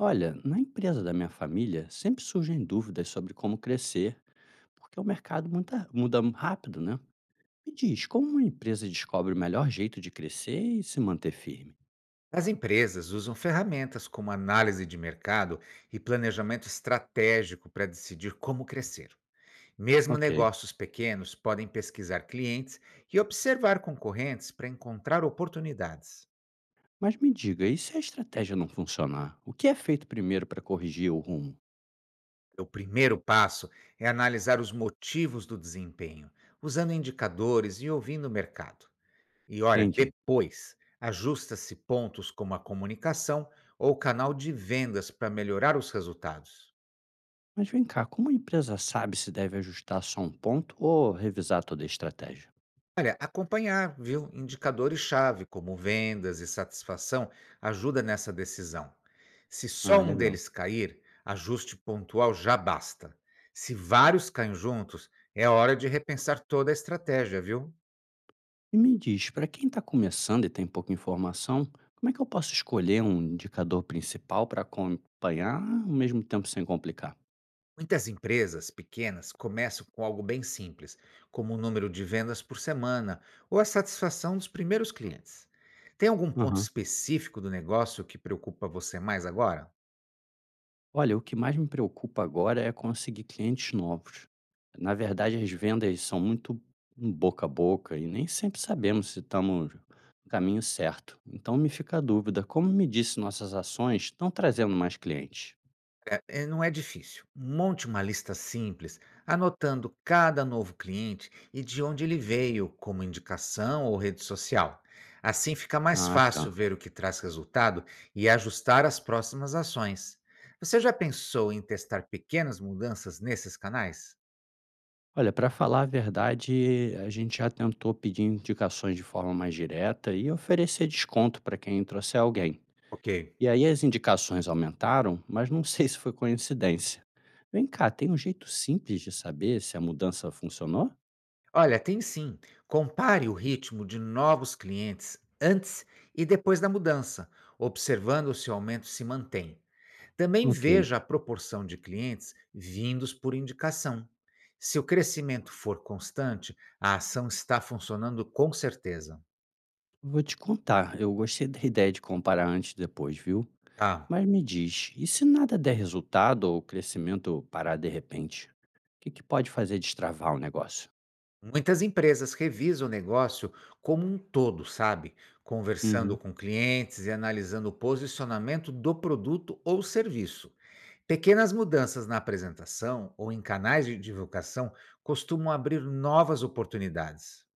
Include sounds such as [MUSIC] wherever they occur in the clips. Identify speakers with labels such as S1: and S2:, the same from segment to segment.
S1: Olha, na empresa da minha família sempre surgem dúvidas sobre como crescer, porque o mercado muda rápido, né? Me diz, como uma empresa descobre o melhor jeito de crescer e se manter firme?
S2: As empresas usam ferramentas como análise de mercado e planejamento estratégico para decidir como crescer. Mesmo
S1: Ok.
S2: negócios pequenos podem pesquisar clientes e observar concorrentes para encontrar oportunidades.
S1: Mas me diga, e se a estratégia não funcionar? O que é feito primeiro para corrigir o rumo?
S2: O primeiro passo é analisar os motivos do desempenho, usando indicadores e ouvindo o mercado. E olha,
S1: Entendi.
S2: depois, ajusta-se pontos como a comunicação ou o canal de vendas para melhorar os resultados.
S1: Mas vem cá, como a empresa sabe se deve ajustar só um ponto ou revisar toda a estratégia?
S2: Olha, acompanhar, viu, indicadores-chave, como vendas e satisfação, ajuda nessa decisão. Se só
S1: Ah,
S2: um
S1: legal.
S2: deles cair, ajuste pontual já basta. Se vários caem juntos, é hora de repensar toda a estratégia, viu?
S1: E me diz, para quem está começando e tem pouca informação, como é que eu posso escolher um indicador principal para acompanhar, ao mesmo tempo sem complicar?
S2: Muitas empresas pequenas começam com algo bem simples, como o número de vendas por semana ou a satisfação dos primeiros clientes. Tem algum ponto
S1: Aham.
S2: específico do negócio que preocupa você mais agora?
S1: Olha, o que mais me preocupa agora é conseguir clientes novos. Na verdade, as vendas são muito boca a boca e nem sempre sabemos se estamos no caminho certo. Então me fica a dúvida, como me disse, nossas ações estão trazendo mais clientes?
S2: É, não é difícil. Monte uma lista simples, anotando cada novo cliente e de onde ele veio, como indicação ou rede social. Assim fica mais
S1: Ah,
S2: fácil
S1: tá.
S2: ver o que traz resultado e ajustar as próximas ações. Você já pensou em testar pequenas mudanças nesses canais?
S1: Olha, para falar a verdade, a gente já tentou pedir indicações de forma mais direta e oferecer desconto para quem trouxer alguém.
S2: Ok.
S1: E aí as indicações aumentaram, mas não [LAUGHS] sei se foi coincidência. Vem cá, tem um jeito simples de saber se a mudança funcionou?
S2: Olha, tem sim. Compare o ritmo de novos clientes antes e depois da mudança, observando se o aumento se mantém. Também
S1: Ok.
S2: veja a proporção de clientes vindos por indicação. Se o crescimento for constante, a ação está funcionando com certeza.
S1: Vou te contar, eu gostei da ideia de comparar antes e depois, viu?
S2: Tá.
S1: Mas me diz, e se nada der resultado ou o crescimento parar de repente? O que que pode fazer destravar o negócio?
S2: Muitas empresas revisam o negócio como um todo, sabe? Conversando
S1: Uhum.
S2: com clientes e analisando o posicionamento do produto ou serviço. Pequenas mudanças na apresentação ou em canais de divulgação costumam abrir novas oportunidades.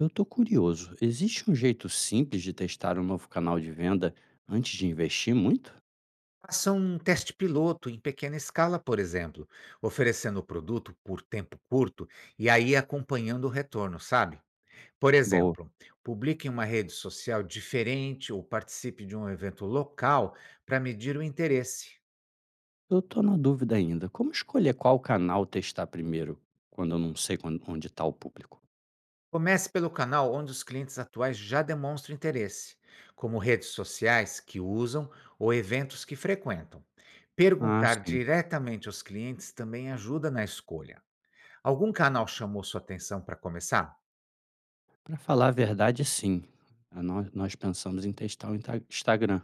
S1: Eu estou curioso, existe um jeito simples de testar um novo canal de venda antes de investir muito?
S2: Faça um teste piloto em pequena escala, por exemplo, oferecendo o produto por tempo curto e aí acompanhando o retorno, sabe? Por
S1: Boa.
S2: exemplo, publique em uma rede social diferente ou participe de um evento local para medir o interesse.
S1: Eu estou na dúvida ainda. Como escolher qual canal testar primeiro, quando eu não sei onde está o público?
S2: Comece pelo canal onde os clientes atuais já demonstram interesse, como redes sociais que usam ou eventos que frequentam.
S1: Ah,
S2: Perguntar
S1: sim.
S2: diretamente aos clientes também ajuda na escolha. Algum canal chamou sua atenção para começar?
S1: Para falar a verdade, sim. Ah, Nós pensamos em testar o Instagram,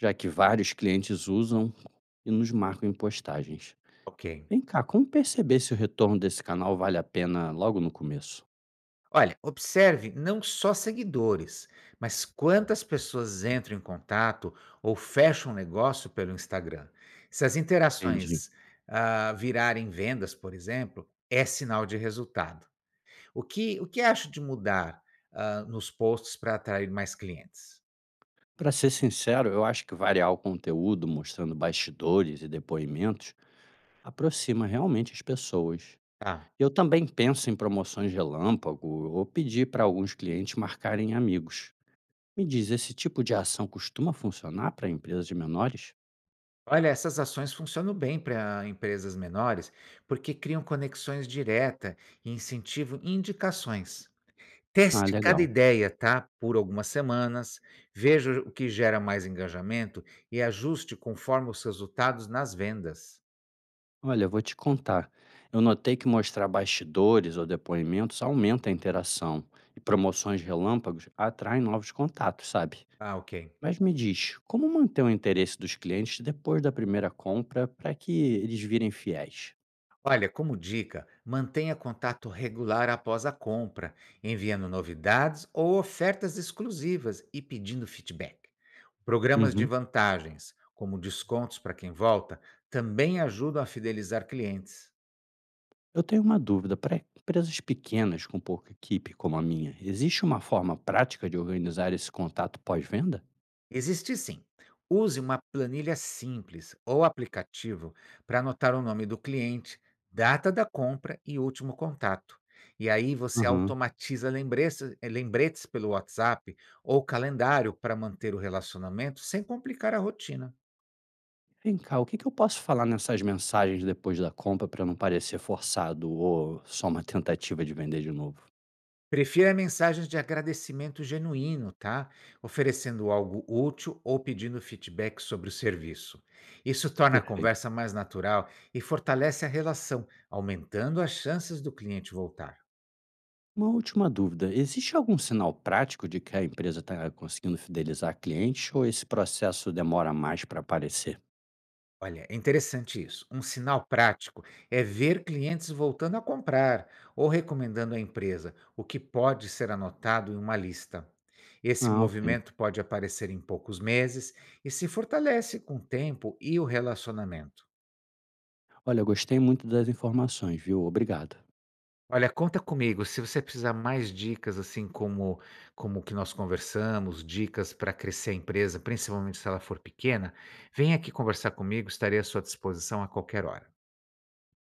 S1: já que vários clientes usam e nos marcam em postagens.
S2: Ok.
S1: Vem cá, como perceber se o retorno desse canal vale a pena logo no começo?
S2: Olha, observe não só seguidores, mas quantas pessoas entram em contato ou fecham negócio pelo Instagram. Se as
S1: Entendi.
S2: interações virarem vendas, por exemplo, é sinal de resultado. O que acho de mudar nos posts para atrair mais clientes?
S1: Para ser sincero, eu acho que variar o conteúdo, mostrando bastidores e depoimentos, aproxima realmente as pessoas.
S2: Tá.
S1: Eu também penso em promoções relâmpago ou pedir para alguns clientes marcarem amigos. Me diz, esse tipo de ação costuma funcionar para empresas de menores?
S2: Olha, essas ações funcionam bem para empresas menores porque criam conexões diretas e incentivam indicações.
S1: Ah,
S2: Teste cada
S1: legal.
S2: ideia, tá, por algumas semanas, veja o que gera mais engajamento e ajuste conforme os resultados nas vendas.
S1: Olha, eu vou te contar. Eu notei que mostrar bastidores ou depoimentos aumenta a interação e promoções relâmpagos atraem novos contatos, sabe?
S2: Ah, ok.
S1: Mas me diz, como manter o interesse dos clientes depois da primeira compra para que eles virem fiéis?
S2: Olha, como dica, mantenha contato regular após a compra, enviando novidades ou ofertas exclusivas e pedindo feedback. Programas de
S1: Uhum.
S2: vantagens, como descontos para quem volta, também ajudam a fidelizar clientes.
S1: Eu tenho uma dúvida, para empresas pequenas com pouca equipe como a minha, existe uma forma prática de organizar esse contato pós-venda?
S2: Existe sim. Use uma planilha simples ou aplicativo para anotar o nome do cliente, data da compra e último contato. E aí você
S1: Uhum.
S2: automatiza lembretes pelo WhatsApp ou calendário para manter o relacionamento sem complicar a rotina.
S1: Vem cá, o que que eu posso falar nessas mensagens depois da compra para não parecer forçado ou só uma tentativa de vender de novo?
S2: Prefira mensagens de agradecimento genuíno, tá? Oferecendo algo útil ou pedindo feedback sobre o serviço. Isso torna a
S1: Perfeito.
S2: conversa mais natural e fortalece a relação, aumentando as chances do cliente voltar.
S1: Uma última dúvida, existe algum sinal prático de que a empresa está conseguindo fidelizar clientes ou esse processo demora mais para aparecer?
S2: Olha, é interessante isso. Um sinal prático é ver clientes voltando a comprar ou recomendando a empresa, o que pode ser anotado em uma lista. Esse
S1: Ah, ok.
S2: movimento pode aparecer em poucos meses e se fortalece com o tempo e o relacionamento.
S1: Olha, eu gostei muito das informações, viu? Obrigado.
S2: Olha, conta comigo, se você precisar mais dicas, assim, como o que nós conversamos, dicas para crescer a empresa, principalmente se ela for pequena, vem aqui conversar comigo, estarei à sua disposição a qualquer hora.